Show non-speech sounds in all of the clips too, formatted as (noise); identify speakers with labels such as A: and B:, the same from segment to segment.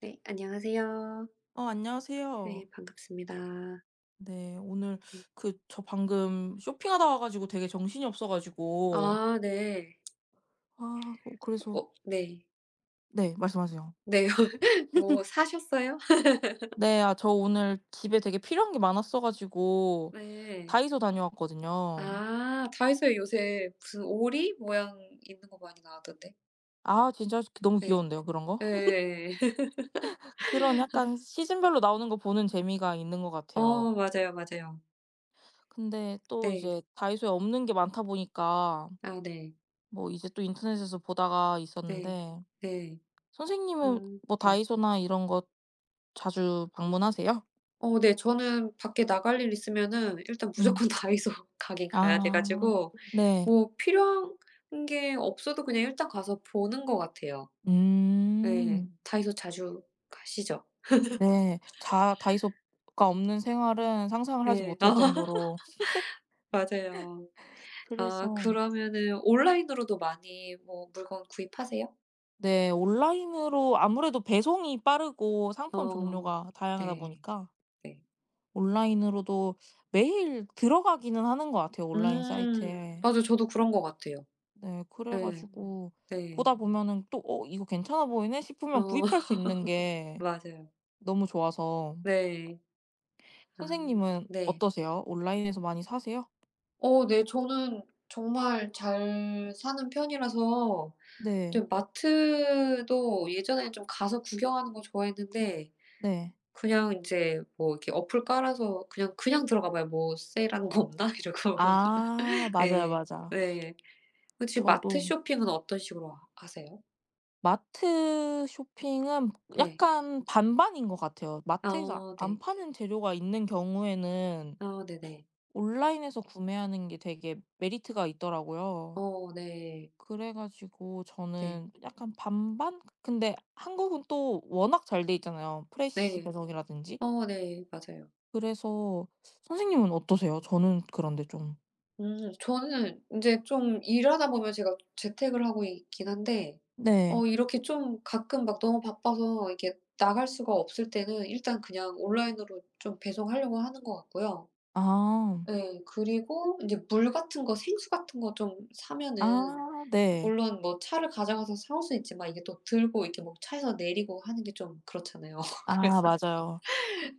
A: 네, 안녕하세요.
B: 아,
A: 네,
B: 안녕하세요.
A: 반갑습니다.
B: 네, 오늘
A: 네.
B: 그 저 방금 쇼핑하다 와 가지고 되게 정신이 없어 가지고
A: 아 네.
B: 아, 그래서
A: 어 네.
B: 네, 말씀하세요.
A: 네. (laughs) 뭐 사셨어요? (laughs)
B: 네, 아 저 오늘 집에 되게 필요한 게 많았어 가지고
A: 네.
B: 다이소 다녀왔거든요.
A: 아 다이소에 요새 무슨 오리 모양 있는 거 많이 나왔던데.
B: 아, 진짜 너무
A: 네.
B: 귀여운데요, 그런 거?
A: 네 (laughs)
B: (laughs) 그런 약간 시즌별로 나오는 거 보는 재미가 있는 것 같아요.
A: 어 맞아요, 맞아요.
B: 근데 또
A: 네.
B: 이제 다이소에 없는 게 많다 보니까
A: 아 네.
B: 뭐 이제 또 인터넷에서 보다가
A: 네.
B: 있었는데
A: 네.
B: 선생님은 뭐
A: 네.
B: 다이소나 이런 거 자주 방문하세요?
A: 어 네. 저는 밖에 나갈 일 있으면은 일단
B: 음.
A: 무조건 (laughs) 다이소 가긴 가야 돼
B: 아
A: 가지고
B: 네.
A: 뭐 필요한 게 없어도 그냥 일단 가서 보는 것 같아요. 예.
B: 음.
A: 다이소 자주 가시죠?
B: 네. 자 다이소가 없는 생활은 상상을 하지
A: 예. (laughs)
B: 못할 정도로
A: 맞아요. 아
B: 그래서
A: 그러면은 온라인으로도 많이 뭐 물건 구입하세요?
B: 네 온라인으로 아무래도 배송이 빠르고 상품
A: 어.
B: 종류가 다양하다
A: 네.
B: 보니까
A: 네.
B: 온라인으로도 매일 들어가기는 하는 것 같아요, 온라인
A: 음.
B: 사이트에.
A: 맞아요. 저도 그런 것 같아요.
B: 네. 그래
A: 예.
B: 가지고
A: 네.
B: 보다 보면은 또 '어 이거 괜찮아 보이네.' 싶으면
A: 어.
B: 구입할 수 있는
A: (laughs)
B: 게
A: 맞아요.
B: 너무 좋아서.
A: 네. 아
B: 선생님은
A: 네.
B: 어떠세요? 온라인에서 많이 사세요?
A: 어 네. 저는 정말 잘 사는 편이라서.
B: 네.
A: 근데 마트도 예전에는 좀 가서 구경하는 거 좋아했는데
B: 네.
A: 그냥 인제 뭐 이렇게 어플 깔아서 그냥 들어가 봐요. '뭐 세일하는 거 없나?' (laughs) 이러고.
B: 아 맞아요,
A: 예.
B: 맞아.
A: 네. 그 지금 마트
B: 저도
A: 쇼핑은 어떤 식으로 하 하세요?
B: 마트 쇼핑은
A: 네.
B: 약간 반반인 것 같아요. 마트에서
A: 아
B: 안
A: 네.
B: 파는 재료가 있는 경우에는
A: 아 네네.
B: 온라인에서 구매하는 게 되게 메리트가 있더라고요.
A: 어 네.
B: 그래 가지고
A: 네.
B: 저는 약간 반반? 근데 한국은 또 워낙 잘 돼 있잖아요. 프레시
A: 네.
B: 배송이라든지.
A: 어 네. 맞아요.
B: 그래서 선생님은 어떠세요? 저는 그런데 좀
A: 저는 인제 좀 일하다 보면 제가 재택을 하고 있긴 한데
B: 네.
A: 어 이렇게 좀 가끔 막 너무 바빠서 이렇게 나갈 수가 없을 때는 일단 그냥 온라인으로 좀 배송하려고 하는 것 같고요.
B: 아.
A: 예. 그리고 인제 물 같은 거 생수 같은 거 좀 사면은
B: 아 네.
A: 물론 뭐 차를 가져가서 사올 수는 있지만 이게 또 들고 이렇게 뭐 차에서 내리고 하는 게 좀 그렇잖아요. (laughs)
B: 아
A: 그래서
B: 맞아요.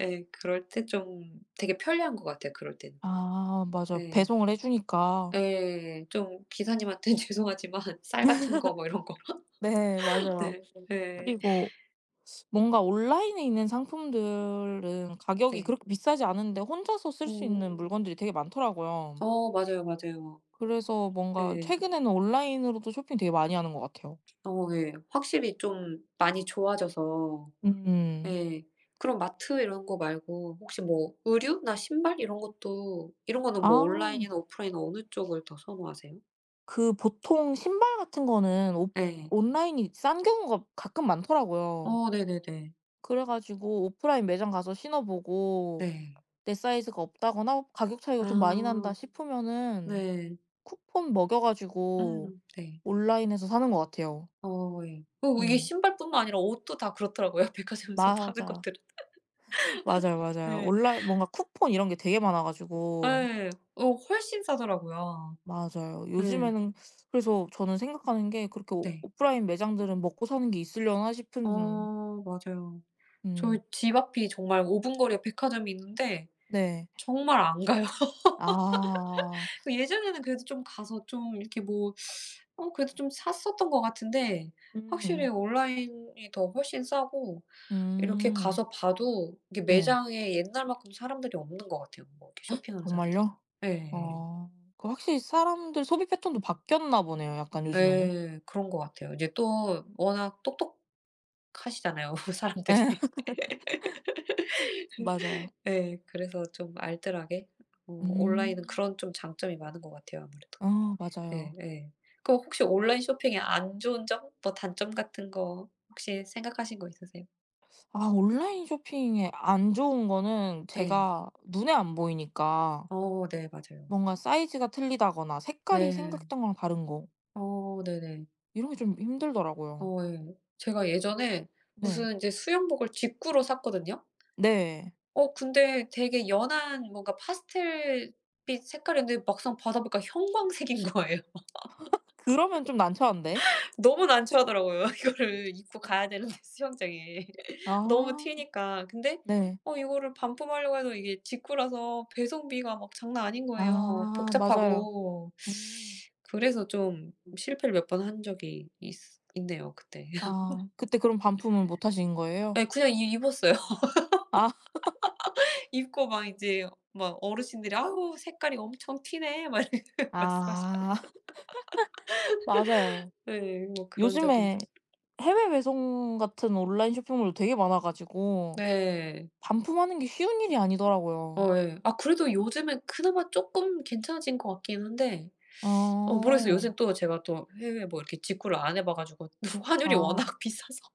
A: 예. 그럴 때 좀 되게 편리한 것 같아요, 그럴 때는.
B: 아 맞아요.
A: 예.
B: 배송을 해 주니까.
A: 예. 좀 기사님한테는 (laughs) 죄송하지만 쌀 같은 거 뭐 이런 거.
B: 네
A: (laughs)
B: 맞아요.
A: 네. 예.
B: 그리고 뭔가 온라인에 있는 상품들은 가격이
A: 네.
B: 그렇게 비싸지 않은데 혼자서 쓸 수
A: 어.
B: 있는 물건들이 되게 많더라고요.
A: 어 맞아요, 맞아요.
B: 그래서 뭔가
A: 예.
B: 최근에는 온라인으로도 쇼핑 되게 많이 하는 것 같아요.
A: 어 예. 확실히 좀 많이 좋아져서.
B: 음.
A: 예. 그런 마트 이런 거 말고 혹시 뭐 의류나 신발 이런 것도, 이런 거는 뭐
B: 아.
A: 온라인이나 오프라인 어느 쪽을 더 선호하세요?
B: 그 보통 신발 같은 거는 옵
A: 예.
B: 온라인이 싼 경우가 가끔 많더라고요.
A: 어 네네네.
B: 그래 가지고 오프라인 매장 가서 신어 보고
A: 네.
B: 내 사이즈가 없다거나 가격 차이가 좀 많이
A: 아
B: 난다 싶으면은
A: 네.
B: 쿠폰 먹여 가지고
A: 네.
B: 온라인에서 사는 것 같아요.
A: 어 예. 어 이게
B: 음.
A: 신발뿐만 아니라 옷도 다 그렇더라고요, (laughs) 백화점에서 파는
B: 맞아요.
A: 것들은.
B: 맞아요, 맞아요.
A: 네.
B: 온라인 뭔가 쿠폰 이런 게 되게 많아 가지고.
A: 예. 어 훨씬 싸더라고요.
B: 맞아요.
A: 예.
B: 요즘에는 그래서 저는 생각하는 게 그렇게 오
A: 네.
B: 오프라인 매장들은 먹고 사는 게 있으려나 싶은
A: 어 맞아요. 저희
B: 음.
A: 집 앞이 정말 5분 거리에 백화점이 있는데
B: 네.
A: 정말 안 가요.
B: 아.
A: (laughs) 그 예전에는 그래도 좀 가서 좀 이렇게 뭐, 어 그래도 좀 샀었던 것 같은데 확실히
B: 음.
A: 온라인이 더 훨씬 싸고 이렇게
B: 음.
A: 가서 봐도 이게
B: 네.
A: 매장에 옛날만큼 사람들이 없는 것 같아요. 뭐 이렇게 쇼핑하는 사람들이.
B: 정말요?
A: 예.
B: 어. 그 확실히 사람들 소비 패턴도 바뀌었나 보네요 약간 요즘에는.
A: 예. 그런 것 같아요. 이제 또 워낙 똑똑하시잖아요, (laughs) 사람들이.
B: 맞아요.
A: 예. 그래서 좀 알뜰하게, 어 온라인은
B: 음.
A: 그런 좀 장점이 많은 것 같아요 아무래도.
B: 아 맞아요.
A: 예 예. 그럼 혹시 온라인 쇼핑의 안 좋은 점? 뭐 단점 같은 거 혹시 생각하신 거 있으세요?
B: 아 온라인 쇼핑에 안 좋은 거는
A: 네.
B: 제가 눈에 안 보이니까
A: 어 네 맞아요.
B: 뭔가 사이즈가 틀리다거나 색깔이
A: 네.
B: 생각했던 거랑 다른 거
A: 어 네네.
B: 이런 게 좀 힘들더라고요.
A: 어 예. 제가 예전에
B: 네.
A: 무슨 이제 수영복을 직구로 샀거든요.
B: 네.
A: 어 근데 되게 연한 뭔가 파스텔빛 색깔이었는데 막상 받아 보니까 형광색인 (laughs) 거예요.
B: 그러면 좀 난처한데.
A: 너무 난처하더라고요. (laughs) 이거를 입고 가야 되는데 수영장에. (laughs) 너무
B: 아.
A: 튀니까. 근데
B: 네.
A: 어 이거를 반품하려고 해도 이게 직구라서 배송비가 막 장난 아닌 거예요,
B: 아 맞아요.
A: 복잡하고.
B: 음.
A: 그래서 좀 실패를 몇 번 한 적이 있 있네요 그때. (laughs)
B: 아 그때 그럼 반품을 못 하신 거예요?
A: 네, 그냥 이 입었어요. (laughs)
B: 아.
A: 입고 막 이제 막 어르신들이 "아우 색깔이 엄청 튀네." 막 이렇게 (laughs) 말씀하시.
B: 아 (laughs) 맞아요.
A: 네뭐 그런 적이.
B: 요즘에 해외 배송 같은 온라인 쇼핑몰도 되게 많아 가지고
A: 네.
B: 반품하는 게 쉬운 일이 아니더라고요.
A: 어 예. 아 그래도 요즘엔 그나마 조금 괜찮아진 것 같긴 한데 어 모르겠어요.
B: 어.
A: 요새 또 제가 또 해외 뭐 이렇게 직구를 안 해봐 가지고 또 (laughs) 환율이
B: 아.
A: 워낙 비싸서.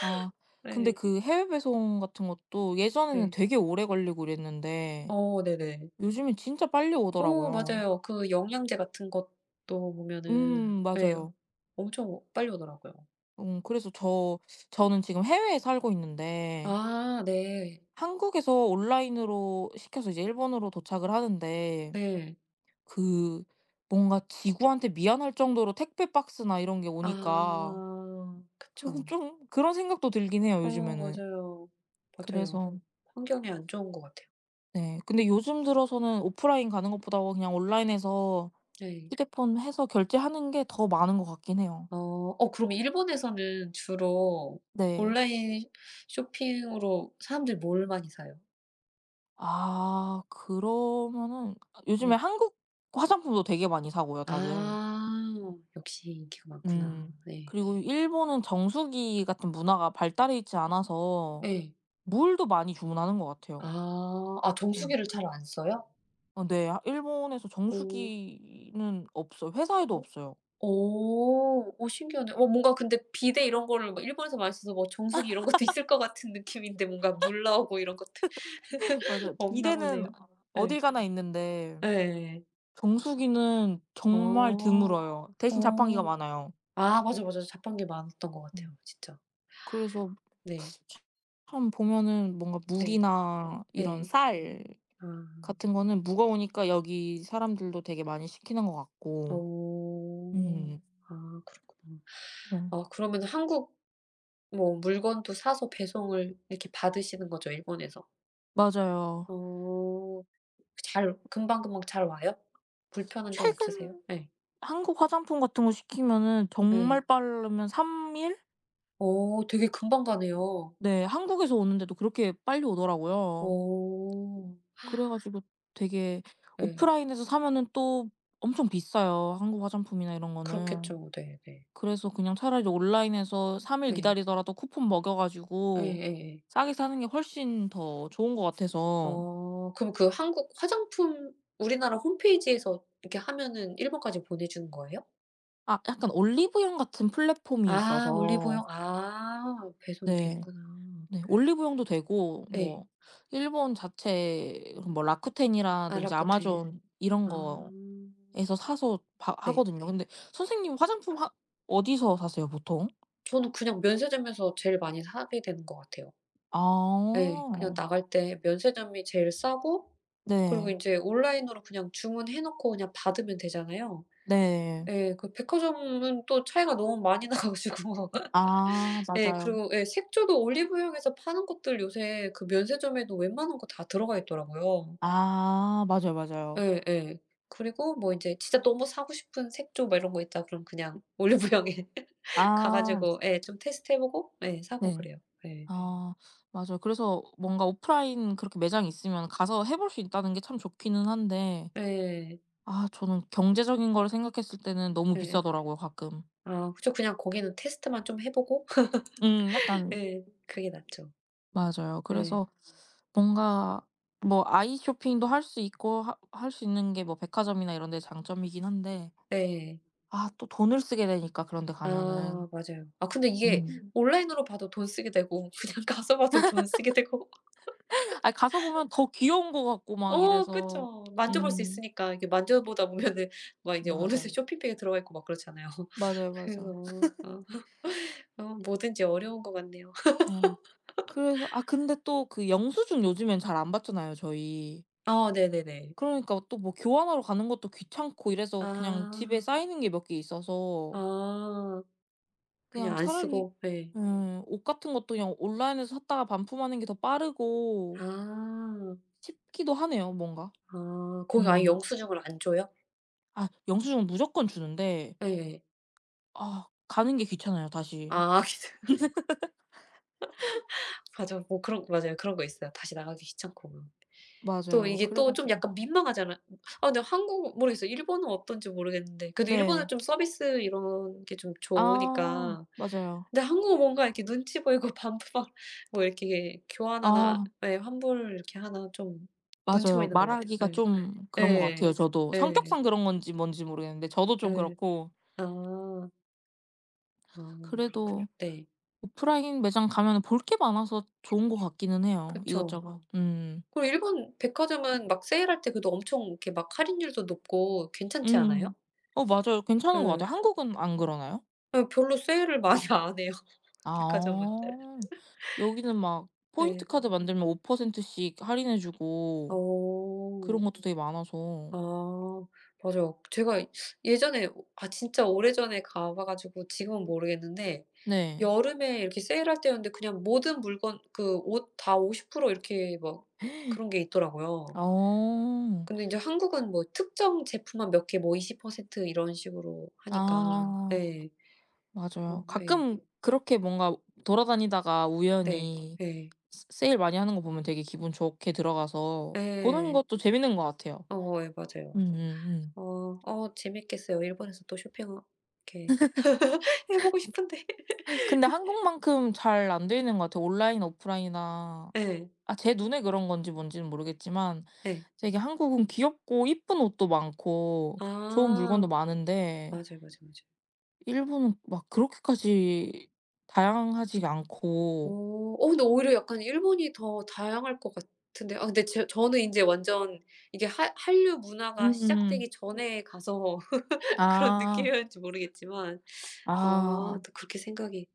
B: 아. 근데
A: 네.
B: 그 해외 배송 같은 것도 예전에는
A: 네.
B: 되게 오래 걸리고 이랬는데
A: 어 네네.
B: 요즘엔 진짜 빨리
A: 어
B: 오더라고요.
A: 맞아요. 그 영양제 같은 것도 보면은 예
B: 맞아요.
A: 엄청 빨리 오더라고요.
B: 그래서 저는 지금 해외에 살고 있는데
A: 아 네.
B: 한국에서 온라인으로 시켜서 이제 일본으로 도착을 하는데
A: 네.
B: 그 뭔가 지구한테 미안할 정도로 택배 박스나 이런 게 오니까
A: 아 그쵸.
B: (laughs) 좀 그런 생각도 들긴 해요
A: 어
B: 요즘에는.
A: 맞아요. 맞아요.
B: 그래서
A: 환경에 안 좋은 것 같아요.
B: 네. 근데 요즘 들어서는 오프라인 가는 것보다 그냥 온라인에서
A: 네.
B: 휴대폰 해서 결제하는 게 더 많은 것 같긴 해요.
A: 어 어 그럼 일본에서는 주로
B: 네.
A: 온라인 쇼핑으로 사람들이 뭘 많이 사요?
B: 아 그러면은 요즘에
A: 네
B: 한국 화장품도 되게 많이 사고요 다들.
A: 아. 역시 인기가 많구나.
B: 음.
A: 네.
B: 그리고 일본은 정수기 같은 문화가 발달해 있지 않아서
A: 예.
B: 물도 많이 주문하는 것 같아요.
A: 아. 아
B: 음.
A: 정수기를 잘 안 써요?
B: 어 네. 일본에서
A: 오.
B: 정수기는 없어요. 회사에도
A: 어.
B: 없어요.
A: 어. 어 신기하네. 어 뭔가 근데 비데 이런 거를 막 일본에서 많이 써서 뭐 정수기 이런 것도 (laughs) 있을 것 같은 느낌인데 뭔가 물 나오고 이런 것들
B: (laughs) 맞아요.
A: (laughs) 없나
B: 비데는
A: 보네요. 예.
B: 어딜 가나 있는데
A: 예예예.
B: 정수기는 정말
A: 어.
B: 드물어요. 대신 자판기가
A: 어.
B: 많아요.
A: 아 맞아, 맞아. 자판기 많았던 것
B: 음.
A: 같아요 진짜.
B: 그래서
A: 네.
B: 참 보면은 뭔가
A: 네.
B: 물이나 이런
A: 예.
B: 쌀
A: 아.
B: 같은 거는 무거우니까 여기 사람들도 되게 많이 시키는 것 같고.
A: 어.
B: 음.
A: 아 그렇구나. 아 그러면은 한국 뭐 물건도 사서 배송을 이렇게 받으시는 거죠 일본에서?
B: 맞아요.
A: 어. 잘 금방금방 잘 와요? 불편한 점 없으세요?
B: 최근
A: 예.
B: 한국 화장품 같은 거 시키면은
A: 예.
B: 정말 빠르면 3일 일?
A: 어 되게 금방 가네요.
B: 네. 한국에서 오는데도 그렇게 빨리 오더라고요.
A: 어.
B: 그래 가지고 되게
A: 예.
B: 오프라인에서 사면은 또 엄청 비싸요, 한국 화장품이나 이런 거는.
A: 그렇겠죠. 네네.
B: 그래서 그냥 차라리 온라인에서 3일
A: 예.
B: 기다리더라도 쿠폰 먹여 가지고
A: 예예예.
B: 싸게 사는 게 훨씬 더 좋은 것 같아서.
A: 어 그럼 그 한국 화장품 우리나라 홈페이지에서 이렇게 하면은 일본까지 보내주는 거예요?
B: 아 약간 올리브영 같은 플랫폼이
A: 아
B: 있어서
A: 올리브영. 아 배송이
B: 네.
A: 되는구나.
B: 네. 올리브영도 되고
A: 예.
B: 뭐 일본 자체 뭐 라쿠텐이라든지
A: 아라코테.
B: 아마존 이런
A: 아.
B: 거에서 사서 바
A: 네.
B: 하거든요. 근데 선생님 화장품 하 어디서 사세요 보통?
A: 저는 그냥 면세점에서 제일 많이 사게 되는 것 같아요. 예. 그냥
B: 아.
A: 나갈 때 면세점이 제일 싸고, 그리고
B: 네.
A: 인제 온라인으로 그냥 주문해 놓고 그냥 받으면 되잖아요.
B: 네.
A: 예. 그 백화점은 또 차이가 너무 많이 나 가지고. (laughs)
B: 아
A: 예.
B: 맞아요.
A: 그리고 예 색조도 올리브영에서 파는 것들 요새 그 면세점에도 웬만한 거 다 들어가 있더라고요.
B: 아 맞아요, 맞아요.
A: 예예. 그리고 뭐 인제 진짜 너무 사고 싶은 색조 막 이런 거 있다 그럼 그냥 올리브영에 (laughs) 가
B: 아
A: 가지고 예 좀 테스트해 보고 예 사고
B: 네.
A: 그래요. 예.
B: 아 맞아요. 그래서 뭔가 오프라인 그렇게 매장이 있으면 가서 해볼 수 있다는 게 참 좋기는 한데
A: 예.
B: 아 저는 경제적인 거를 생각했을 때는 너무
A: 예.
B: 비싸더라고요 가끔.
A: 아 그쵸. 그냥 거기는 테스트만 좀 해 보고 (laughs)
B: 약간
A: 예. 그게 낫죠.
B: 맞아요.
A: 예.
B: 그래서 뭔가 뭐 아이 쇼핑도 할 수 있고 할 수 있는 게 뭐 백화점이나 이런 데 장점이긴 한데
A: 네.
B: 아 또 돈을 쓰게 되니까 그런 데 가면은.
A: 아 맞아요. 아 근데 이게
B: 음.
A: 온라인으로 봐도 돈 쓰게 되고 (laughs) 그냥 가서 봐도 돈 쓰게 되고. (laughs)
B: 아니 가서 보면 더 귀여운 거 같고 막
A: 어
B: 이래서.
A: 그쵸. 만져볼 수
B: 음.
A: 있으니까. 이게 만져보다 보면은 (laughs) 막 이제
B: 맞아.
A: 어느새 쇼핑백에 들어가 있고 막 그렇잖아요. (laughs)
B: 맞아요,
A: 그래서
B: 맞아.
A: 어 어 뭐든지 어려운 것 같네요. (laughs)
B: 예. 그래서 아 근데 또 그 영수증 요즘엔 잘 안 받잖아요, 저희.
A: 어 네네네.
B: 그러니까 또 뭐 교환하러 가는 것도 귀찮고 이래서 그냥 집에
A: 아.
B: 쌓이는 게 몇 개 있어서
A: 아.
B: 그냥
A: 그냥 안
B: 차라리
A: 쓰고 예.
B: 옷 같은 것도 그냥 온라인에서 샀다가 반품하는 게 더 빠르고
A: 아.
B: 쉽기도 하네요 뭔가.
A: 아. 거기 아예
B: 음.
A: 영수증을 안 줘요?
B: 아 영수증은 무조건 주는데
A: 예.
B: 아 가는 게 귀찮아요 다시.
A: 아 (laughs) (unintelligible) 맞아. 뭐 그런 맞아요. 그런 거 있어요. 다시 나가기 귀찮고. 막. 또
B: 맞아요.
A: 이게
B: 그래
A: 또 좀
B: 가지고
A: 약간 민망하잖아요. 아 근데 한국 모르겠어요. 일본은 어떤지 모르겠는데 그래도 일본은
B: 네.
A: 좀 서비스 이런 게 좀
B: 아
A: 좋으니까.
B: 맞아요.
A: 근데 한국은 뭔가 이렇게 눈치 보이고 (laughs) 반품 뭐 이렇게 교환 하나
B: 아
A: 예 환불 이렇게 하나 좀 눈치
B: 맞아요.
A: 보이는 것 같아요.
B: 말하기가 좀
A: 예.
B: 그런 것
A: 예.
B: 같아요 저도.
A: 예.
B: 성격상 그런 건지 뭔지 모르겠는데 저도 좀
A: 예.
B: 그렇고
A: 아. 아 그렇군요.
B: 그래도
A: 네.
B: 오프라인 매장 가면 볼 게 많아서 좋은 것 같기는 해요
A: 그쵸.
B: 이것저것. 음.
A: 그리고 일본 백화점은 막 세일할 때 그래도 엄청 이렇게 막 할인율도 높고 괜찮지 않아요?
B: 음. 어 맞아요. 괜찮은 것
A: 예.
B: 같아요. 한국은 안 그러나요?
A: 예 별로 세일을 (laughs) 많이 안 해요, 백화점은.
B: 아. 여기는 막 포인트
A: 네.
B: 카드 만들면 5%씩 할인해 주고
A: 어.
B: 그런 것도 되게 많아서.
A: 아 맞아요. 제가 예전에 아 진짜 오래전에 가봐 가지고 지금은 모르겠는데
B: 네.
A: 여름에 이렇게 세일할 때였는데 그냥 모든 물건 그 옷 다 50% 이렇게 막 이 그런 게 있더라고요.
B: 어.
A: 근데 인제 한국은 뭐 특정 제품만 몇 개 뭐 20% 이런 식으로 하니까.
B: 아.
A: 예.
B: 맞아요.
A: 어 예.
B: 가끔 그렇게 뭔가 돌아다니다가
A: 네.
B: 우연히
A: 예.
B: 세 세일 많이 하는 거 보면 되게 기분 좋게 들어가서 보는
A: 예.
B: 것도 재밌는 것 같아요.
A: 어 예 맞아요.
B: 음음음.
A: 어 어 재밌겠어요. 일본에서 또 쇼핑을 이렇게 (laughs) 해 보고 싶은데. (laughs)
B: 근데 한국만큼 잘 안 돼 있는 것 같아요. 온라인 오프라인이나
A: 예.
B: 아 제 눈에 그런 건지 뭔지는 모르겠지만
A: 예.
B: 되게 한국은 귀엽고 이쁜 옷도 많고 좋은
A: 아.
B: 물건도 많은데
A: 맞아요, 맞아요, 맞아요.
B: 일본은 막 그렇게까지 다양하지가
A: 어.
B: 않고
A: 어 근데 오히려 약간 일본이 더 다양할 것 같은데 아 근데 제 저는 인제 완전 이게 하 한류 문화가
B: 음.
A: 시작되기 전에 가서 (laughs) 그런
B: 아.
A: 느낌이었는지 모르겠지만 아
B: 아.
A: 또 그렇게 생각이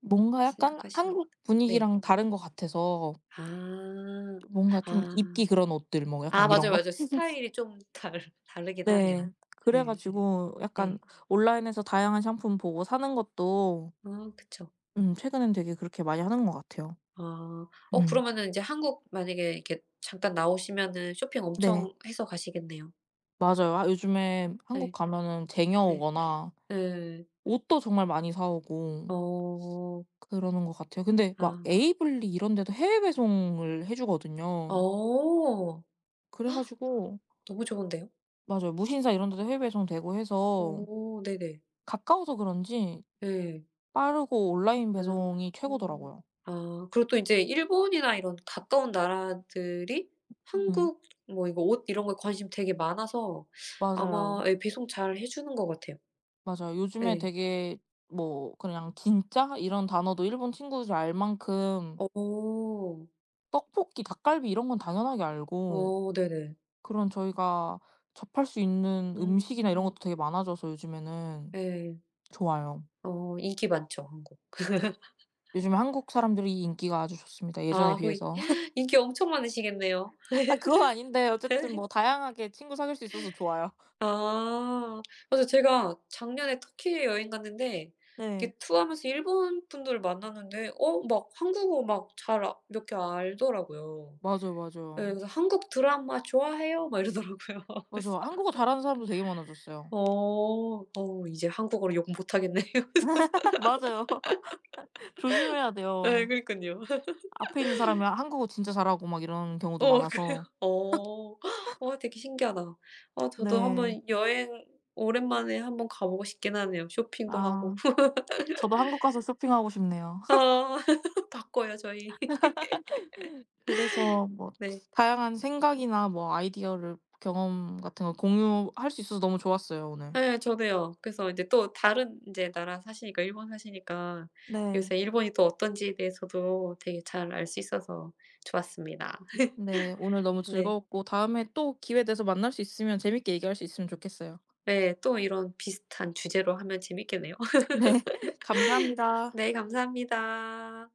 B: 뭔가 약간
A: 생각하시나 보다.
B: 한국
A: 네.
B: 분위기랑 다른 것 같아서
A: 아.
B: 뭔가 좀 입기
A: 아.
B: 그런 옷들 뭐
A: 아
B: 약간
A: 맞아요,
B: 이런 거?
A: 맞아요. 스타일이 좀 다르 (laughs) 다르긴 하네요.
B: 네. 그래
A: 네.
B: 가지고 약간
A: 네.
B: 온라인에서 다양한 상품 보고 사는 것도
A: 아 그쵸.
B: 최근엔 되게 그렇게 많이 하는 것 같아요.
A: 아. 어
B: 음.
A: 그러면은 인제 한국 만약에 이렇게 잠깐 나오시면은 쇼핑
B: 네.
A: 엄청 해서 가시겠네요.
B: 맞아요. 아 요즘에 한국
A: 예.
B: 가면은 쟁여
A: 예.
B: 오거나
A: 예.
B: 옷도 정말 많이 사 오고
A: 어.
B: 그러는 것 같아요. 근데 막
A: 아.
B: 에이블리 이런 데도 해외 배송을 해 주거든요.
A: 어.
B: 그래 가지고
A: 너무 좋은데요?
B: 맞아요. 무신사 이런 데도 해외 배송되고 해서
A: 오. 네네.
B: 가까워서 그런지
A: 예.
B: 빠르고 온라인
A: 아.
B: 배송이
A: 음.
B: 최고더라고요.
A: 아 그리고 또 인제 일본이나 이런 가까운 나라들이
B: 음.
A: 한국 뭐 이거 옷 이런 거에 관심이 되게 많아서 아마
B: 맞아요.
A: 예 배송 잘 해 주는 것 같아요.
B: 맞아요. 요즘에
A: 예.
B: 되게 뭐 그냥 진짜 이런 단어도 일본 친구들이 알 만큼
A: 어.
B: 떡볶이, 닭갈비 이런 건 당연하게 알고
A: 어 네네.
B: 그런 저희가 접할 수 있는 음식이나 이런
A: 음.
B: 것도 되게 많아져서 요즘에는
A: 예.
B: 좋아요.
A: 어 인기 많죠, 한국. (laughs)
B: 요즘에 한국 사람들이 이 인기가 아주 좋습니다, 예전에
A: 아 거의
B: 비해서. (laughs)
A: 인기 엄청 많으시겠네요.
B: 아 그건 아닌데 어쨌든 뭐
A: (laughs)
B: 다양하게 친구 사귈 수 있어서 좋아요.
A: 아. 맞아요. 제가 작년에 터키 여행 갔는데
B: 네.
A: 이렇게 투어하면서 일본 분들을 만났는데 어 막 한국어 막 잘 아 몇 개 알더라고요.
B: 맞아요,
A: 예.
B: 맞아요.
A: 그래서 "한국 드라마 좋아해요?" 막 이러더라고요. (laughs) 그래서
B: 맞아요. 한국어 잘하는 사람도 되게 많아졌어요.
A: 어. 어 이제 한국어로 욕 못하겠네요. (laughs)
B: (laughs) 맞아요. (laughs) 조심해야
A: 예
B: 돼요.
A: 그러니깐요.
B: 앞에 있는 사람이 한국어 진짜 잘하고 막 이런 경우도
A: 어 그래요?
B: 많아서
A: 어. (gasps) 어 되게 신기하다. 아 저도
B: 네.
A: 한번 여행 오랜만에 한번 가 보고 싶긴 하네요, 쇼핑도 하고.
B: 아
A: (laughs)
B: 저도 한국 가서 쇼핑하고 싶네요. (laughs)
A: 아 바꿔요 저희. (laughs)
B: 그래서 뭐
A: 네.
B: 다양한 생각이나 뭐 아이디어를 경험 같은 걸 공유할 수 있어서 너무 좋았어요 오늘.
A: 예 저도요. 그래서 인제 또 다른 인제 나라 사시니까 일본 사시니까
B: 네.
A: 요새 일본이 또 어떤지에 대해서도 되게 잘 알 수 있어서 좋았습니다.
B: 네. 오늘 너무
A: 네.
B: 즐거웠고 다음에 또 기회 돼서 만날 수 있으면 재밌게 얘기할 수 있으면 좋겠어요.
A: 네. 또 이런 비슷한 주제로 하면 재밌겠네요. (laughs)
B: 네. (laughs) 감사합니다.
A: 네 감사합니다.